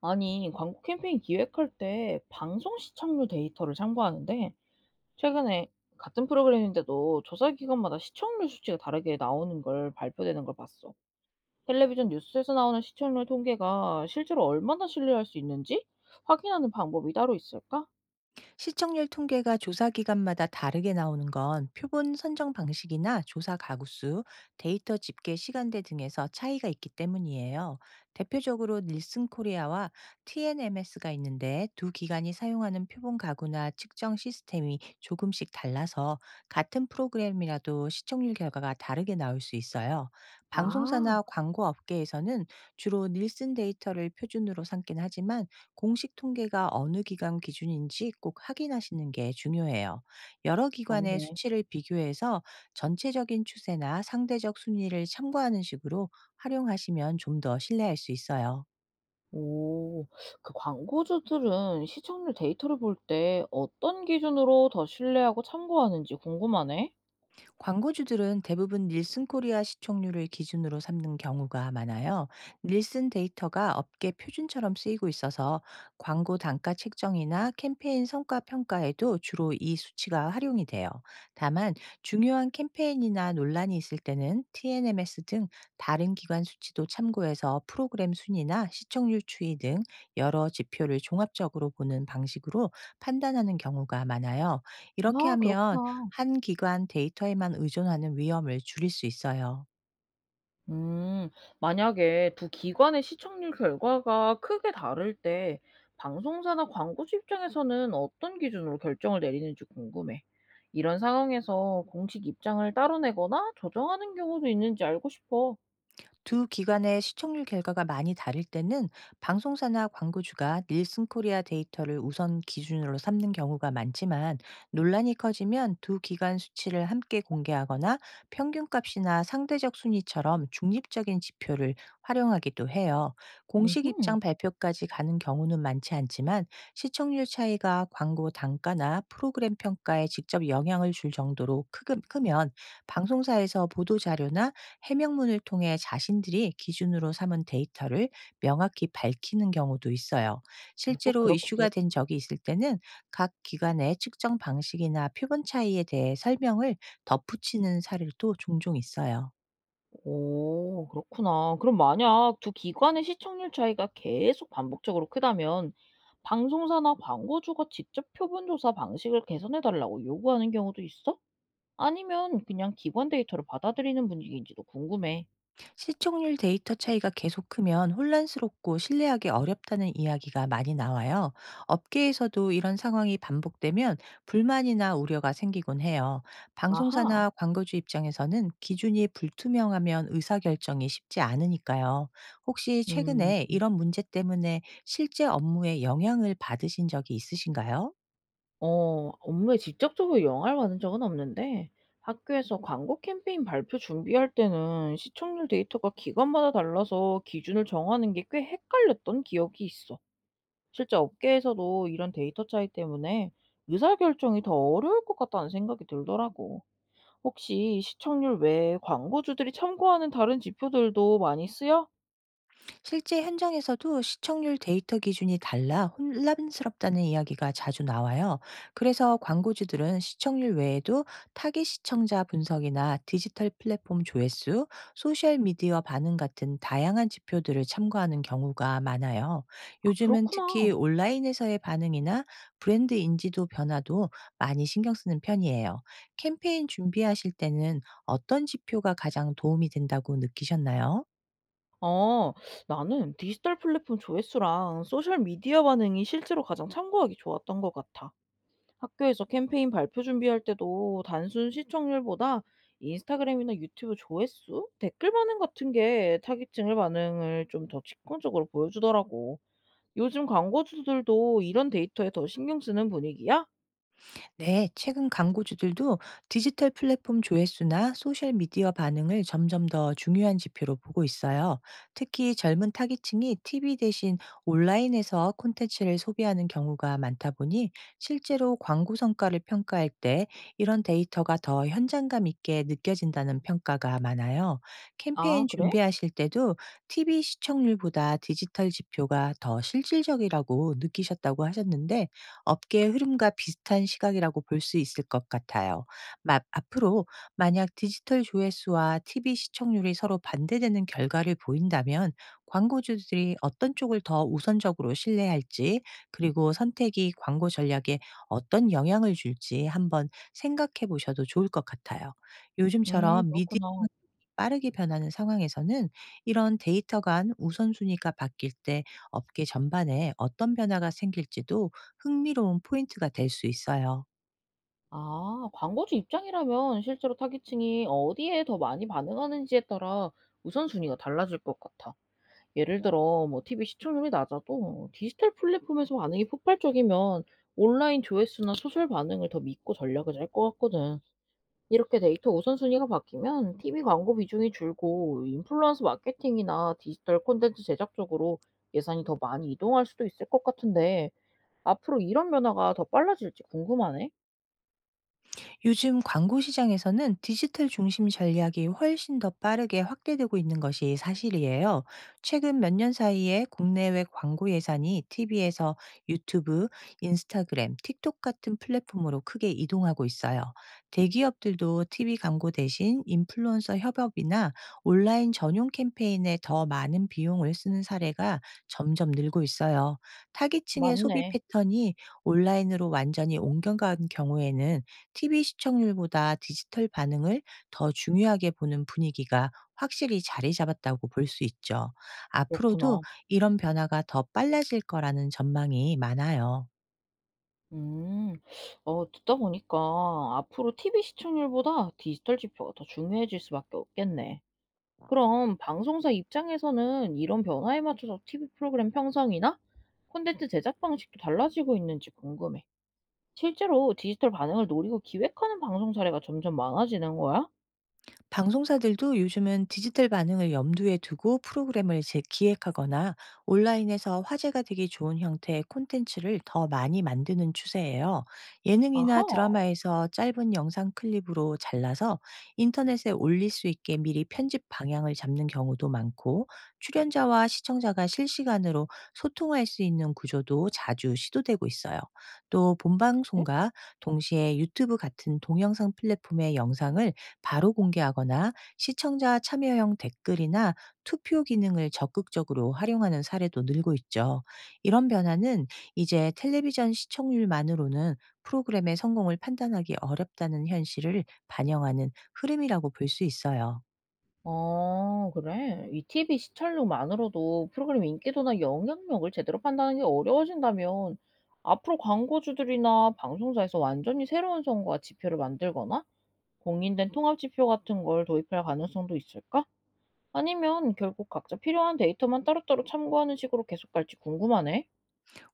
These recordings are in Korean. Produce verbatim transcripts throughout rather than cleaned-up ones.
아니, 광고 캠페인 기획할 때 방송 시청률 데이터를 참고하는데, 최근에 같은 프로그램인데도 조사 기관마다 시청률 수치가 다르게 나오는 걸 발표되는 걸 봤어. 텔레비전 뉴스에서 나오는 시청률 통계가 실제로 얼마나 신뢰할 수 있는지 확인하는 방법이 따로 있을까? 시청률 통계가 조사 기간마다 다르게 나오는 건 표본 선정 방식이나 조사 가구 수, 데이터 집계 시간대 등에서 차이가 있기 때문이에요. 대표적으로 닐슨 코리아와 티엔엠에스가 있는데, 두 기관이 사용하는 표본 가구나 측정 시스템이 조금씩 달라서 같은 프로그램이라도 시청률 결과가 다르게 나올 수 있어요. 아, 방송사나 광고 업계에서는 주로 닐슨 데이터를 표준으로 삼긴 하지만, 공식 통계가 어느 기관 기준인지 꼭 확인하시는 게 중요해요. 여러 기관의 맞네. 수치를 비교해서 전체적인 추세나 상대적 순위를 참고하는 식으로 활용하시면 좀 더 신뢰할 수 있어요. 오, 그 광고주들은 시청률 데이터를 볼 때 어떤 기준으로 더 신뢰하고 참고하는지 궁금하네. 광고주들은 대부분 닐슨 코리아 시청률을 기준으로 삼는 경우가 많아요. 닐슨 데이터가 업계 표준처럼 쓰이고 있어서 광고 단가 책정이나 캠페인 성과 평가에도 주로 이 수치가 활용이 돼요. 다만 중요한 캠페인이나 논란이 있을 때는 티엔엠에스 등 다른 기관 수치도 참고해서 프로그램 순위나 시청률 추이 등 여러 지표를 종합적으로 보는 방식으로 판단하는 경우가 많아요. 이렇게 아, 하면 그렇구나. 한 기관 데이터에만 의존하는 위험을 줄일 수 있어요. 음, 만약에 두 기관의 시청률 결과가 크게 다를 때 방송사나 광고주 입장에서는 어떤 기준으로 결정을 내리는지 궁금해. 이런 상황에서 공식 입장을 따로 내거나 조정하는 경우도 있는지 알고 싶어. 두 기관의 시청률 결과가 많이 다를 때는 방송사나 광고주가 닐슨 코리아 데이터를 우선 기준으로 삼는 경우가 많지만, 논란이 커지면 두 기관 수치를 함께 공개하거나 평균값이나 상대적 순위처럼 중립적인 지표를 활용하기도 해요. 공식 음흠. 입장 발표까지 가는 경우는 많지 않지만, 시청률 차이가 광고 단가나 프로그램 평가에 직접 영향을 줄 정도로 크금- 크면 방송사에서 보도 자료나 해명문을 통해 자신들이 기준으로 삼은 데이터를 명확히 밝히는 경우도 있어요. 아, 또 그 실제로 렇기도 이슈가 해. 된 적이 있을 때는 각 기관의 측정 방식이나 표본 차이에 대해 설명을 덧붙이는 사례도 종종 있어요. 오, 그렇구나. 그럼 만약 두 기관의 시청률 차이가 계속 반복적으로 크다면 방송사나 광고주가 직접 표본조사 방식을 개선해 달라고 요구하는 경우도 있어? 아니면 그냥 기관 데이터를 받아들이는 분위기인지도 궁금해. 시청률 데이터 차이가 계속 크면 혼란스럽고 신뢰하기 어렵다는 이야기가 많이 나와요. 업계에서도 이런 상황이 반복되면 불만이나 우려가 생기곤 해요. 아하. 방송사나 광고주 입장에서는 기준이 불투명하면 의사결정이 쉽지 않으니까요. 혹시 음, 최근에 이런 문제 때문에 실제 업무에 영향을 받으신 적이 있으신가요? 어, 업무에 직접적으로 영향을 받은 적은 없는데, 학교에서 광고 캠페인 발표 준비할 때는 시청률 데이터가 기관마다 달라서 기준을 정하는 게 꽤 헷갈렸던 기억이 있어. 실제 업계에서도 이런 데이터 차이 때문에 의사결정이 더 어려울 것 같다는 생각이 들더라고. 혹시 시청률 외에 광고주들이 참고하는 다른 지표들도 많이 쓰여? 실제 현장에서도 시청률 데이터 기준이 달라 혼란스럽다는 이야기가 자주 나와요. 그래서 광고주들은 시청률 외에도 타깃 시청자 분석이나 디지털 플랫폼 조회수, 소셜 미디어 반응 같은 다양한 지표들을 참고하는 경우가 많아요. 아, 요즘은 그렇구나. 특히 온라인에서의 반응이나 브랜드 인지도 변화도 많이 신경 쓰는 편이에요. 캠페인 준비하실 때는 어떤 지표가 가장 도움이 된다고 느끼셨나요? 어, 나는 디지털 플랫폼 조회수랑 소셜 미디어 반응이 실제로 가장 참고하기 좋았던 것 같아. 학교에서 캠페인 발표 준비할 때도 단순 시청률보다 인스타그램이나 유튜브 조회수, 댓글 반응 같은 게 타깃층의 반응을 좀 더 집중적으로 보여주더라고. 요즘 광고주들도 이런 데이터에 더 신경 쓰는 분위기야? 네, 최근 광고주들도 디지털 플랫폼 조회수나 소셜 미디어 반응을 점점 더 중요한 지표로 보고 있어요. 특히 젊은 타깃층이 티비 대신 온라인에서 콘텐츠를 소비하는 경우가 많다 보니 실제로 광고 성과를 평가할 때 이런 데이터가 더 현장감 있게 느껴진다는 평가가 많아요. 아, 캠페인 그래? 준비하실 때도 티비 시청률보다 디지털 지표가 더 실질적이라고 느끼셨다고 하셨는데, 업계의 흐름과 비슷한 시각이라고 볼 수 있을 것 같아요. 마- 앞으로 만약 디지털 조회수와 티비 시청률이 서로 반대되는 결과를 보인다면 광고주들이 어떤 쪽을 더 우선적으로 신뢰할지, 그리고 선택이 광고 전략에 어떤 영향을 줄지 한번 생각해 보셔도 좋을 것 같아요. 음, 요즘처럼 미디어 그렇구나. 빠르게 변하는 상황에서는 이런 데이터 간 우선순위가 바뀔 때 업계 전반에 어떤 변화가 생길지도 흥미로운 포인트가 될 수 있어요. 아 광고주 입장이라면 실제로 타깃층이 어디에 더 많이 반응하는지에 따라 우선순위가 달라질 것 같아. 예를 들어 뭐 티비 시청률이 낮아도 디지털 플랫폼에서 반응이 폭발적이면 온라인 조회수나 소셜 반응을 더 믿고 전략을 짤 것 같거든. 이렇게 데이터 우선순위가 바뀌면 티비 광고 비중이 줄고 인플루언서 마케팅이나 디지털 콘텐츠 제작 쪽으로 예산이 더 많이 이동할 수도 있을 것 같은데 앞으로 이런 변화가 더 빨라질지 궁금하네. 요즘 광고 시장에서는 디지털 중심 전략이 훨씬 더 빠르게 확대되고 있는 것이 사실이에요. 최근 몇 년 사이에 국내외 광고 예산이 티비에서 유튜브, 인스타그램, 틱톡 같은 플랫폼으로 크게 이동하고 있어요. 대기업들도 티비 광고 대신 인플루언서 협업이나 온라인 전용 캠페인에 더 많은 비용을 쓰는 사례가 점점 늘고 있어요. 타깃층의 소비 맞네. 패턴이 온라인으로 완전히 옮겨간 경우에는 티비 시청률보다 디지털 반응을 더 중요하게 보는 분위기가 확실히 자리 잡았다고 볼 수 있죠. 그렇구나. 앞으로도 이런 변화가 더 빨라질 거라는 전망이 많아요. 음. 어 듣다 보니까 앞으로 티비 시청률보다 디지털 지표가 더 중요해질 수밖에 없겠네. 그럼 방송사 입장에서는 이런 변화에 맞춰서 티비 프로그램 편성이나 콘텐츠 제작 방식도 달라지고 있는지 궁금해. 실제로 디지털 반응을 노리고 기획하는 방송 사례가 점점 많아지는 거야? 방송사들도 요즘은 디지털 반응을 염두에 두고 프로그램을 재기획하거나 온라인에서 화제가 되기 좋은 형태의 콘텐츠를 더 많이 만드는 추세예요. 예능이나 아하. 드라마에서 짧은 영상 클립으로 잘라서 인터넷에 올릴 수 있게 미리 편집 방향을 잡는 경우도 많고, 출연자와 시청자가 실시간으로 소통할 수 있는 구조도 자주 시도되고 있어요. 또 네? 본방송과 동시에 유튜브 같은 동영상 플랫폼의 영상을 바로 공개하거나 시청자 참여형 댓글이나 투표 기능을 적극적으로 활용하는 사례도 늘고 있죠. 이런 변화는 이제 텔레비전 시청률만으로는 프로그램의 성공을 판단하기 어렵다는 현실을 반영하는 흐름이라고 볼 수 있어요. 어 그래? 이 티비 시청률만으로도 프로그램 인기도나 영향력을 제대로 판단하는 게 어려워진다면 앞으로 광고주들이나 방송사에서 완전히 새로운 성과 지표를 만들거나 공인된 통합 지표 같은 걸 도입할 가능성도 있을까? 아니면 결국 각자 필요한 데이터만 따로따로 참고하는 식으로 계속 갈지 궁금하네.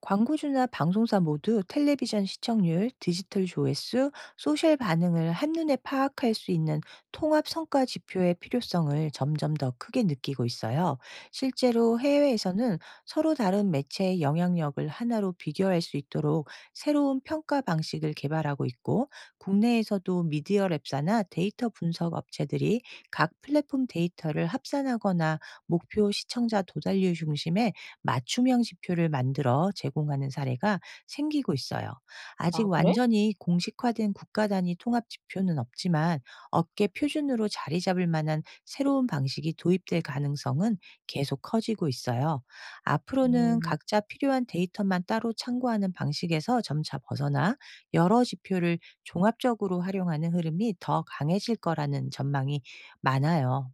광고주나 방송사 모두 텔레비전 시청률, 디지털 조회수, 소셜 반응을 한눈에 파악할 수 있는 통합 성과 지표의 필요성을 점점 더 크게 느끼고 있어요. 실제로 해외에서는 서로 다른 매체의 영향력을 하나로 비교할 수 있도록 새로운 평가 방식을 개발하고 있고, 국내에서도 미디어 랩사나 데이터 분석 업체들이 각 플랫폼 데이터를 합산하거나 목표 시청자 도달률 중심의 맞춤형 지표를 만들어 제공하는 사례가 생기고 있어요. 아직 아 그래? 완전히 공식화된 국가 단위 통합 지표는 없지만, 업계 표준으로 자리 잡을 만한 새로운 방식이 도입될 가능성은 계속 커지고 있어요. 앞으로는 음. 각자 필요한 데이터만 따로 참고하는 방식에서 점차 벗어나 여러 지표를 종합적으로 활용하는 흐름이 더 강해질 거라는 전망이 많아요.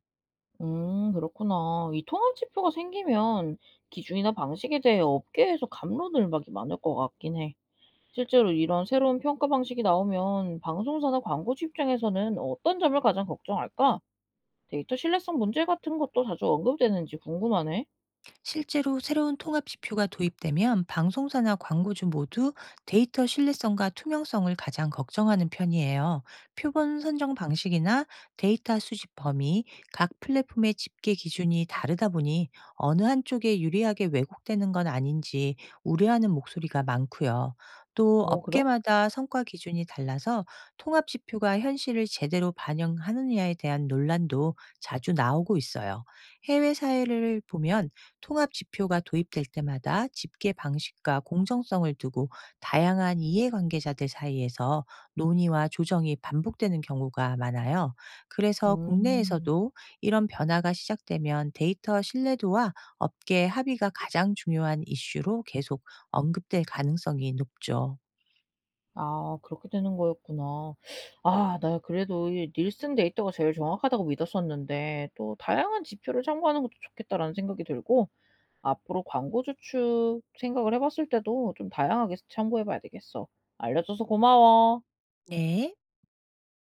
음 그렇구나. 이 통합 지표가 생기면 기준이나 방식에 대해 업계에서 갑론을박이 많을 것 같긴 해. 실제로 이런 새로운 평가 방식이 나오면 방송사나 광고주 입장에서는 어떤 점을 가장 걱정할까? 데이터 신뢰성 문제 같은 것도 자주 언급되는지 궁금하네. 실제로 새로운 통합 지표가 도입되면 방송사나 광고주 모두 데이터 신뢰성과 투명성을 가장 걱정하는 편이에요. 표본 선정 방식이나 데이터 수집 범위, 각 플랫폼의 집계 기준이 다르다 보니 어느 한쪽에 유리하게 왜곡되는 건 아닌지 우려하는 목소리가 많고요. 또 어, 그래? 업계마다 성과 기준이 달라서 통합 지표가 현실을 제대로 반영하느냐에 대한 논란도 자주 나오고 있어요. 해외 사례를 보면 통합 지표가 도입될 때마다 집계 방식과 공정성을 두고 다양한 이해관계자들 사이에서 논의와 조정이 반복되는 경우가 많아요. 그래서 음. 국내에서도 이런 변화가 시작되면 데이터 신뢰도와 업계 합의가 가장 중요한 이슈로 계속 언급될 가능성이 높죠. 아, 그렇게 되는 거였구나. 아, 나 그래도 이 닐슨 데이터가 제일 정확하다고 믿었었는데, 또 다양한 지표를 참고하는 것도 좋겠다라는 생각이 들고, 앞으로 광고 주축 생각을 해봤을 때도 좀 다양하게 참고해봐야 되겠어. 알려줘서 고마워. 네.